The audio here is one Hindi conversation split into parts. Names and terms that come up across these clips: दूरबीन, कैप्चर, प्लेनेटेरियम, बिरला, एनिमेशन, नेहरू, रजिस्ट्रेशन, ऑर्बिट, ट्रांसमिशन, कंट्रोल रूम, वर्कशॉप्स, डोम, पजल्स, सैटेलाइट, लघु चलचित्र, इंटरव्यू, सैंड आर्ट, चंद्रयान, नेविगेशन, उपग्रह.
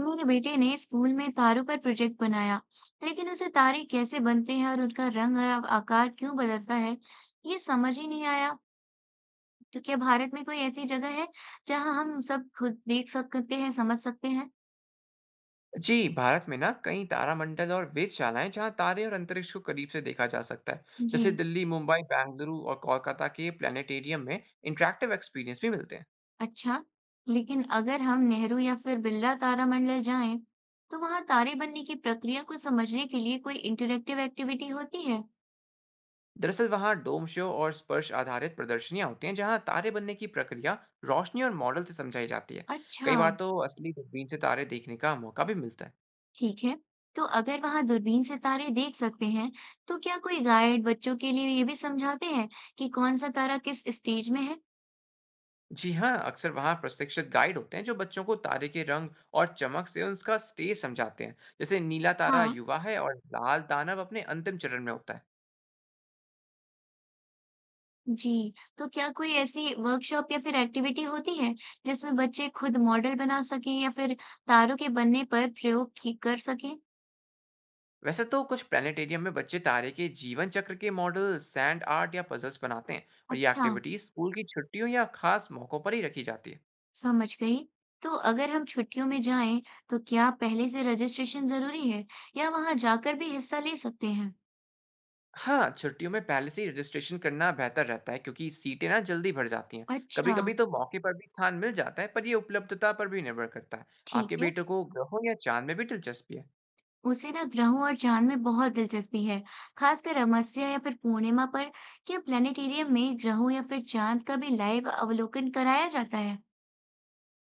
मेरे बेटे ने स्कूल में तारों पर प्रोजेक्ट बनाया, लेकिन उसे तारे कैसे बनते हैं और उनका रंग और आकार क्यों बदलता है, ये समझ ही नहीं आया। तो क्या भारत में कोई ऐसी जगह है जहां हम सब खुद देख सकते हैं, समझ सकते हैं? जी, भारत में ना कई तारामंडल और वेधशालाएं जहां तारे और अंतरिक्ष को करीब से देखा जा सकता है। जैसे जी। दिल्ली, मुंबई, बेंगलुरु और कोलकाता के प्लेनेटेरियम में इंटरैक्टिव एक्सपीरियंस भी मिलते हैं। अच्छा। लेकिन अगर हम नेहरू या फिर बिरला तारामंडल जाएं, तो वहां तारे बनने की प्रक्रिया को समझने के लिए कोई इंटरेक्टिव एक्टिविटी होती है? दरअसल वहां डोम शो और स्पर्श आधारित प्रदर्शनियां होती हैं जहां तारे बनने की प्रक्रिया रोशनी और मॉडल से समझाई जाती है। कई अच्छा। बार तो असली दूरबीन से तारे देखने का मौका भी मिलता है। ठीक है। तो अगर वहां दूरबीन से तारे देख सकते हैं तो क्या कोई गाइड बच्चों के लिए ये भी समझाते हैं कि कौन सा तारा किस स्टेज में है। जी हाँ, अक्सर वहाँ प्रशिक्षित गाइड होते हैं जो बच्चों को तारे के रंग और चमक से उसका स्टेज समझाते हैं। जैसे नीला तारा हाँ। युवा है और लाल दानव अपने अंतिम चरण में होता है। जी। तो क्या कोई ऐसी वर्कशॉप या फिर एक्टिविटी होती है जिसमें बच्चे खुद मॉडल बना सकें या फिर तारों के बनने पर कर सकें। वैसे तो कुछ प्लानिटेरियम में बच्चे तारे के जीवन चक्र के मॉडल सैंड आर्ट या पजल्स बनाते हैं। और ये अच्छा। एक्टिविटीज स्कूल की छुट्टियों या खास मौकों पर ही रखी जाती है। समझ गई। तो अगर हम छुट्टियों में जाएं तो क्या पहले से रजिस्ट्रेशन जरूरी है या वहां जाकर भी हिस्सा ले सकते हैं। हाँ, छुट्टियों में पहले से ही रजिस्ट्रेशन करना बेहतर रहता है क्योंकि सीटें ना जल्दी भर जाती हैं। कभी अच्छा। कभी तो मौके पर भी स्थान मिल जाता है, पर ये उपलब्धता पर भी निर्भर करता है। ठीक आपके है। बेटे को ग्रहों या चांद में भी दिलचस्पी है? उसे ना ग्रहों और चांद में बहुत दिलचस्पी है, खासकर अमावस्या या फिर पूर्णिमा पर क्या प्लानिटेरियम में ग्रहों या फिर चांद का भी लाइव अवलोकन कराया जाता है?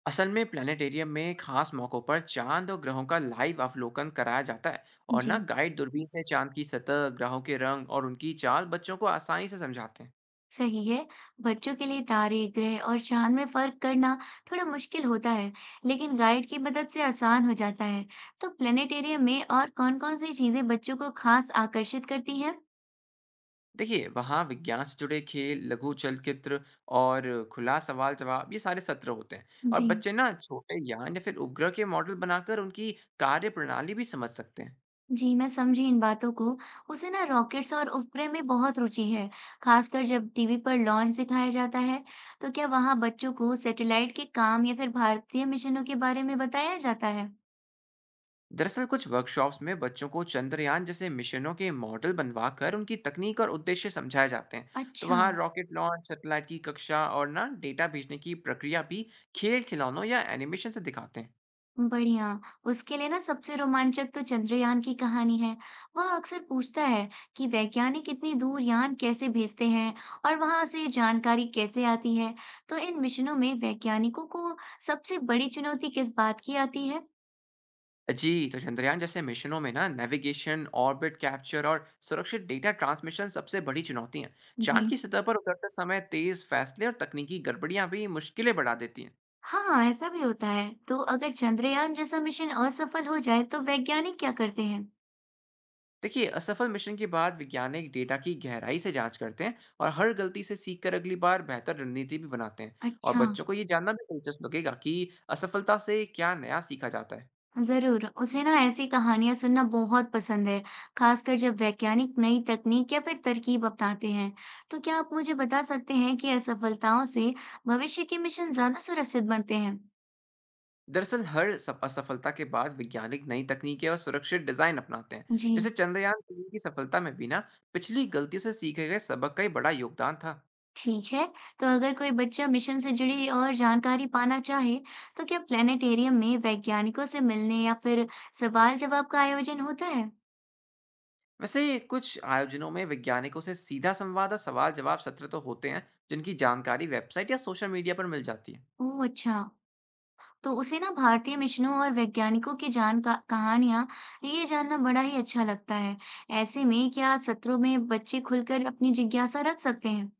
असल में प्लानिटेरियम में खास मौकों पर चांद और ग्रहों का लाइव अवलोकन कराया जाता है। और जी। ना गाइड दूरबीन से चांद की सतह, ग्रहों के रंग और उनकी चाल बच्चों को आसानी से समझाते हैं। सही है। बच्चों के लिए तारे ग्रह और चांद में फर्क करना थोड़ा मुश्किल होता है, लेकिन गाइड की मदद से आसान हो जाता है। तो प्लानिटेरियम में और कौन-कौन सी चीजें बच्चों को खास आकर्षित करती हैं? देखिए वहाँ विज्ञान से जुड़े खेल, लघु चलचित्र और खुला सवाल जवाब, ये सारे सत्र होते हैं। और जी। बच्चे ना छोटे यान या फिर उपग्रह के मॉडल बनाकर उनकी कार्य प्रणाली भी समझ सकते हैं। जी, मैं समझी इन बातों को। उसे ना रॉकेट्स और उपग्रह में बहुत रुचि है, खासकर जब टीवी पर लॉन्च दिखाया जाता है। तो क्या वहाँ बच्चों को सैटेलाइट के काम या फिर भारतीय मिशनों के बारे में बताया जाता है? दरअसल कुछ वर्कशॉप्स में बच्चों को चंद्रयान जैसे मिशनों के मॉडल बनवा कर उनकी तकनीक और उद्देश्य समझाए जाते हैं। तो अच्छा। वहाँ रॉकेट लॉन्च, सैटेलाइट की कक्षा और ना डेटा भेजने की प्रक्रिया भी खेल खिलौनों या एनिमेशन से दिखाते हैं। बढ़िया। उसके लिए ना सबसे रोमांचक तो चंद्रयान की कहानी है। वह अक्सर पूछता है कि वैज्ञानिक इतनी दूर यान कैसे भेजते हैं और वहाँ से जानकारी कैसे आती है। तो इन मिशनों में वैज्ञानिकों को सबसे बड़ी चुनौती किस बात की आती है? जी तो चंद्रयान जैसे मिशनों में ना नेविगेशन, ऑर्बिट कैप्चर और सुरक्षित डेटा ट्रांसमिशन सबसे बड़ी चुनौती हैं। चांद जी। की सतह पर उतरते समय तेज फैसले और तकनीकी गड़बड़ियां भी मुश्किलें बढ़ा देती हैं। हाँ, ऐसा भी होता है। तो अगर चंद्रयान जैसा मिशन असफल हो जाए तो वैज्ञानिक क्या करते हैं? देखिए असफल मिशन के बाद वैज्ञानिक डेटा की गहराई से जांच करते हैं और हर गलती से सीखकर अगली बार बेहतर रणनीति भी बनाते हैं। और अच्छा। बच्चों को ये जानना भी दिलचस्प लगेगा कि असफलता से क्या नया सीखा जाता है। जरूर। उसे ना ऐसी कहानियां सुनना बहुत पसंद है, खासकर जब वैज्ञानिक नई तकनीक या फिर तरकीब अपनाते हैं। तो क्या आप मुझे बता सकते हैं कि असफलताओं से भविष्य के मिशन ज्यादा सुरक्षित बनते हैं? दरअसल हर असफलता के बाद वैज्ञानिक नई तकनीकें और सुरक्षित डिजाइन अपनाते हैं। जैसे जी। चंद्रयान 3 की सफलता में भी ना पिछली गलतियों से सीखे गए सबक का ही बड़ा योगदान था। ठीक है। तो अगर कोई बच्चा मिशन से जुड़ी और जानकारी पाना चाहे, तो क्या प्लेनेटेरियम में वैज्ञानिकों से मिलने या फिर सवाल जवाब का आयोजन होता है? वैसे कुछ आयोजनों में वैज्ञानिकों से सीधा संवाद और सवाल जवाब सत्र तो होते हैं, जिनकी जानकारी वेबसाइट या सोशल मीडिया पर मिल जाती है। ओह! अच्छा। तो उसे ना भारतीय मिशनों और वैज्ञानिकों की जान का कहानियाँ ये जानना बड़ा ही अच्छा लगता है। ऐसे में क्या सत्रों में बच्चे खुलकर अपनी जिज्ञासा रख सकते हैं?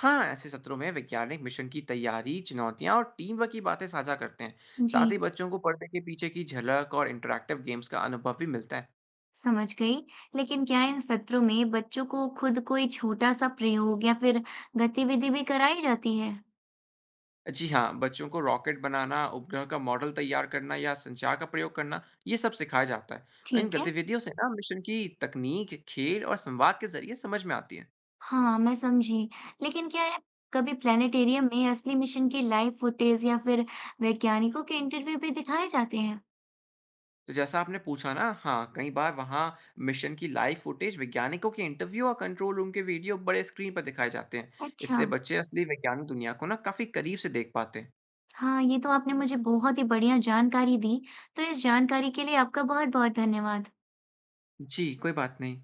हाँ, ऐसे सत्रों में वैज्ञानिक मिशन की तैयारी, चुनौतियाँ और टीम वर्क की बातें साझा करते हैं। जी। साथ ही बच्चों को पर्दे के पीछे की झलक और इंटरैक्टिव गेम्स का अनुभव भी मिलता है। समझ गई। लेकिन क्या इन सत्रों में बच्चों को खुद कोई छोटा-सा प्रयोग या फिर गतिविधि भी कराई जाती है? जी हाँ, बच्चों को रॉकेट बनाना, उपग्रह का मॉडल तैयार करना या संचार का प्रयोग करना, ये सब सिखाया जाता है। इन ठीक है। गतिविधियों से ना मिशन की तकनीक, खेल और संवाद के जरिए समझ में आती है। हाँ, मैं समझी। लेकिन क्या है कभी प्लेनेटेरियम में असली मिशन की लाइव फुटेज या फिर वैज्ञानिकों के इंटरव्यू भी दिखाए जाते हैं? तो जैसा आपने पूछा ना, हाँ, कई बार वहाँ मिशन की लाइव फुटेज, वैज्ञानिकों के इंटरव्यू और कंट्रोल रूम के वीडियो बड़े स्क्रीन पर दिखाए जाते हैं। अच्छा। इससे बच्चे असली वैज्ञानिक दुनिया को ना काफ़ी करीब से देख पाते हैं। हाँ, ये तो आपने मुझे बहुत ही बढ़िया जानकारी दी, तो इस जानकारी के लिए आपका बहुत-बहुत धन्यवाद। जी, कोई बात नहीं।